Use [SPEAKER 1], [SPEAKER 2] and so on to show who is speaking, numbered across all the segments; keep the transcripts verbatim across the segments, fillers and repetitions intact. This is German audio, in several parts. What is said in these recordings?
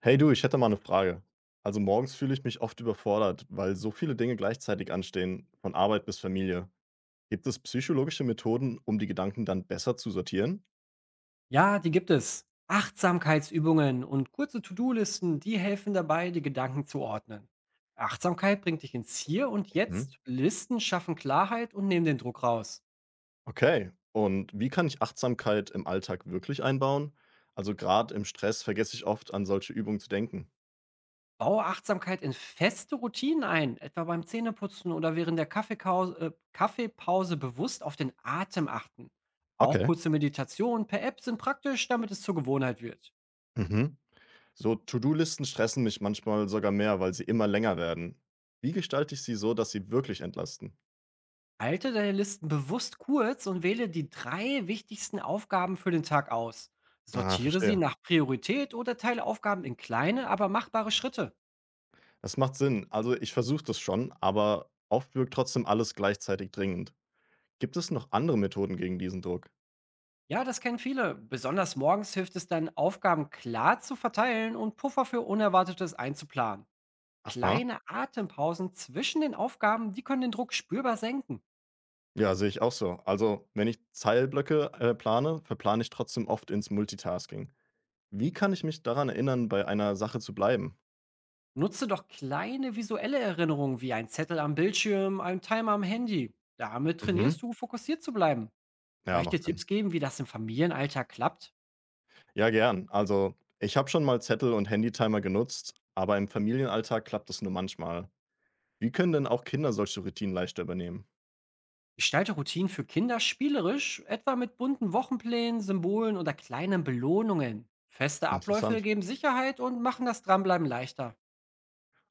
[SPEAKER 1] Hey du, ich hätte mal eine Frage. Also morgens fühle ich mich oft überfordert, weil so viele Dinge gleichzeitig anstehen, von Arbeit bis Familie. Gibt es psychologische Methoden, um die Gedanken dann besser zu sortieren?
[SPEAKER 2] Ja, die gibt es. Achtsamkeitsübungen und kurze To-Do-Listen, die helfen dabei, die Gedanken zu ordnen. Achtsamkeit bringt dich ins Hier und
[SPEAKER 1] Mhm.
[SPEAKER 2] Jetzt. Listen schaffen Klarheit und nehmen den Druck raus.
[SPEAKER 1] Okay, und wie kann ich Achtsamkeit im Alltag wirklich einbauen? Also gerade im Stress vergesse ich oft, an solche Übungen zu denken.
[SPEAKER 2] Baue Achtsamkeit in feste Routinen ein, etwa beim Zähneputzen oder während der Kaffeekau- äh, Kaffeepause bewusst auf den Atem achten. Auch
[SPEAKER 1] Okay.
[SPEAKER 2] kurze Meditationen per App sind praktisch, damit es zur Gewohnheit wird.
[SPEAKER 1] Mhm. So To-do-Listen stressen mich manchmal sogar mehr, weil sie immer länger werden. Wie gestalte ich sie so, dass sie wirklich entlasten?
[SPEAKER 2] Halte deine Listen bewusst kurz und wähle die drei wichtigsten Aufgaben für den Tag aus.
[SPEAKER 1] Ah,
[SPEAKER 2] Sortiere sie
[SPEAKER 1] verstehe.
[SPEAKER 2] nach Priorität oder teile Aufgaben in kleine, aber machbare Schritte.
[SPEAKER 1] Das macht Sinn. Also ich versuche das schon, aber oft wirkt trotzdem alles gleichzeitig dringend. Gibt es noch andere Methoden gegen diesen Druck?
[SPEAKER 2] Ja, das kennen viele. Besonders morgens hilft es dann, Aufgaben klar zu verteilen und Puffer für Unerwartetes einzuplanen.
[SPEAKER 1] Aha.
[SPEAKER 2] Kleine Atempausen zwischen den Aufgaben, die können den Druck spürbar senken.
[SPEAKER 1] Ja, sehe ich auch so. Also wenn ich Zeilblöcke äh, plane, verplane ich trotzdem oft ins Multitasking. Wie kann ich mich daran erinnern, bei einer Sache zu bleiben?
[SPEAKER 2] Nutze doch kleine visuelle Erinnerungen wie ein Zettel am Bildschirm, ein Timer am Handy. Damit
[SPEAKER 1] Mhm.
[SPEAKER 2] trainierst du, fokussiert zu bleiben. Soll
[SPEAKER 1] Ja,
[SPEAKER 2] ich
[SPEAKER 1] macht
[SPEAKER 2] dir
[SPEAKER 1] Sinn.
[SPEAKER 2] Tipps geben, wie das im Familienalltag klappt?
[SPEAKER 1] Ja, gern. Also ich habe schon mal Zettel und Handytimer genutzt, aber im Familienalltag klappt das nur manchmal. Wie können denn auch Kinder solche Routinen leichter übernehmen?
[SPEAKER 2] Gestalte Routinen für Kinder spielerisch, etwa mit bunten Wochenplänen, Symbolen oder kleinen Belohnungen. Feste Abläufe
[SPEAKER 1] Interessant.
[SPEAKER 2] geben Sicherheit und machen das Dranbleiben leichter.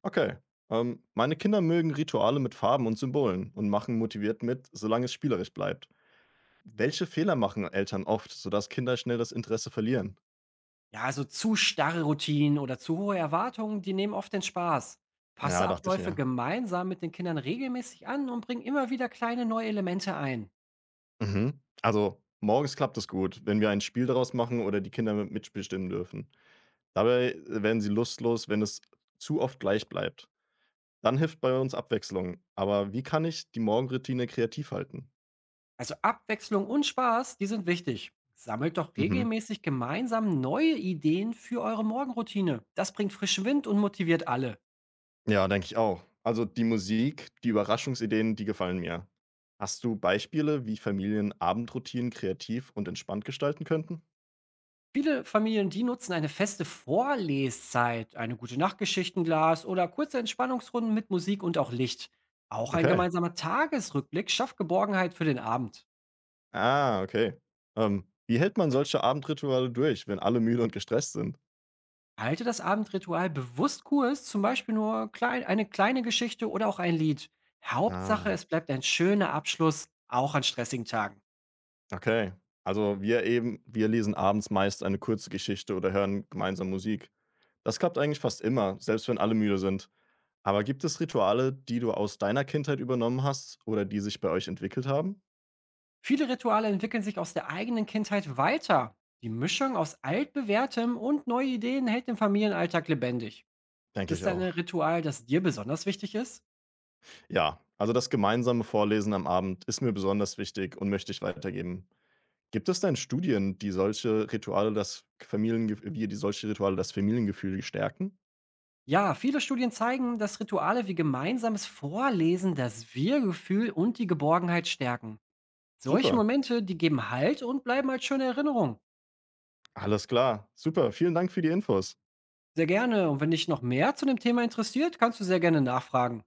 [SPEAKER 1] Okay. Ähm, meine Kinder mögen Rituale mit Farben und Symbolen und machen motiviert mit, solange es spielerisch bleibt. Welche Fehler machen Eltern oft, sodass Kinder schnell das Interesse verlieren?
[SPEAKER 2] Ja, also zu starre Routinen oder zu hohe Erwartungen, die nehmen oft den Spaß.
[SPEAKER 1] Ja,
[SPEAKER 2] Passe
[SPEAKER 1] dachte ich
[SPEAKER 2] Abläufe
[SPEAKER 1] mir.
[SPEAKER 2] gemeinsam mit den Kindern regelmäßig an und bring immer wieder kleine neue Elemente ein.
[SPEAKER 1] Mhm. Also, morgens klappt es gut, wenn wir ein Spiel daraus machen oder die Kinder mit mitbestimmen dürfen. Dabei äh, werden sie lustlos, wenn es zu oft gleich bleibt. Dann hilft bei uns Abwechslung. Aber wie kann ich die Morgenroutine kreativ halten?
[SPEAKER 2] Also Abwechslung und Spaß, die sind wichtig. Sammelt doch
[SPEAKER 1] Mhm.
[SPEAKER 2] regelmäßig gemeinsam neue Ideen für eure Morgenroutine. Das bringt frischen Wind und motiviert alle.
[SPEAKER 1] Ja, denke ich auch. Also die Musik, die Überraschungsideen, die gefallen mir. Hast du Beispiele, wie Familien Abendroutinen kreativ und entspannt gestalten könnten?
[SPEAKER 2] Viele Familien, die nutzen eine feste Vorleszeit, eine gute Nachtgeschichtenglas oder kurze Entspannungsrunden mit Musik und auch Licht. Auch ein
[SPEAKER 1] Okay.
[SPEAKER 2] gemeinsamer Tagesrückblick schafft Geborgenheit für den Abend.
[SPEAKER 1] Ah, okay. Ähm, wie hält man solche Abendrituale durch, wenn alle müde und gestresst sind?
[SPEAKER 2] Halte das Abendritual bewusst kurz, zum Beispiel nur klein, eine kleine Geschichte oder auch ein Lied. Hauptsache,
[SPEAKER 1] Ah,
[SPEAKER 2] es bleibt ein schöner Abschluss, auch an stressigen Tagen.
[SPEAKER 1] okay. Also wir eben, wir lesen abends meist eine kurze Geschichte oder hören gemeinsam Musik. Das klappt eigentlich fast immer, selbst wenn alle müde sind. Aber gibt es Rituale, die du aus deiner Kindheit übernommen hast oder die sich bei euch entwickelt haben?
[SPEAKER 2] Viele Rituale entwickeln sich aus der eigenen Kindheit weiter. Die Mischung aus altbewährtem und neue Ideen hält den Familienalltag lebendig. Gibt
[SPEAKER 1] Denke
[SPEAKER 2] es
[SPEAKER 1] ich
[SPEAKER 2] denn
[SPEAKER 1] auch.
[SPEAKER 2] ein Ritual, das dir besonders wichtig ist?
[SPEAKER 1] Ja, also das gemeinsame Vorlesen am Abend ist mir besonders wichtig und möchte ich weitergeben. Gibt es denn Studien, die solche Rituale das Familiengef wie die solche Rituale das Familiengefühl stärken?
[SPEAKER 2] Ja, viele Studien zeigen, dass Rituale wie gemeinsames Vorlesen das Wir-Gefühl und die Geborgenheit stärken. Solche
[SPEAKER 1] Super,
[SPEAKER 2] Momente, die geben Halt und bleiben als schöne Erinnerung.
[SPEAKER 1] alles klar. Super, vielen Dank für die Infos.
[SPEAKER 2] Sehr gerne. Und wenn dich noch mehr zu dem Thema interessiert, kannst du sehr gerne nachfragen.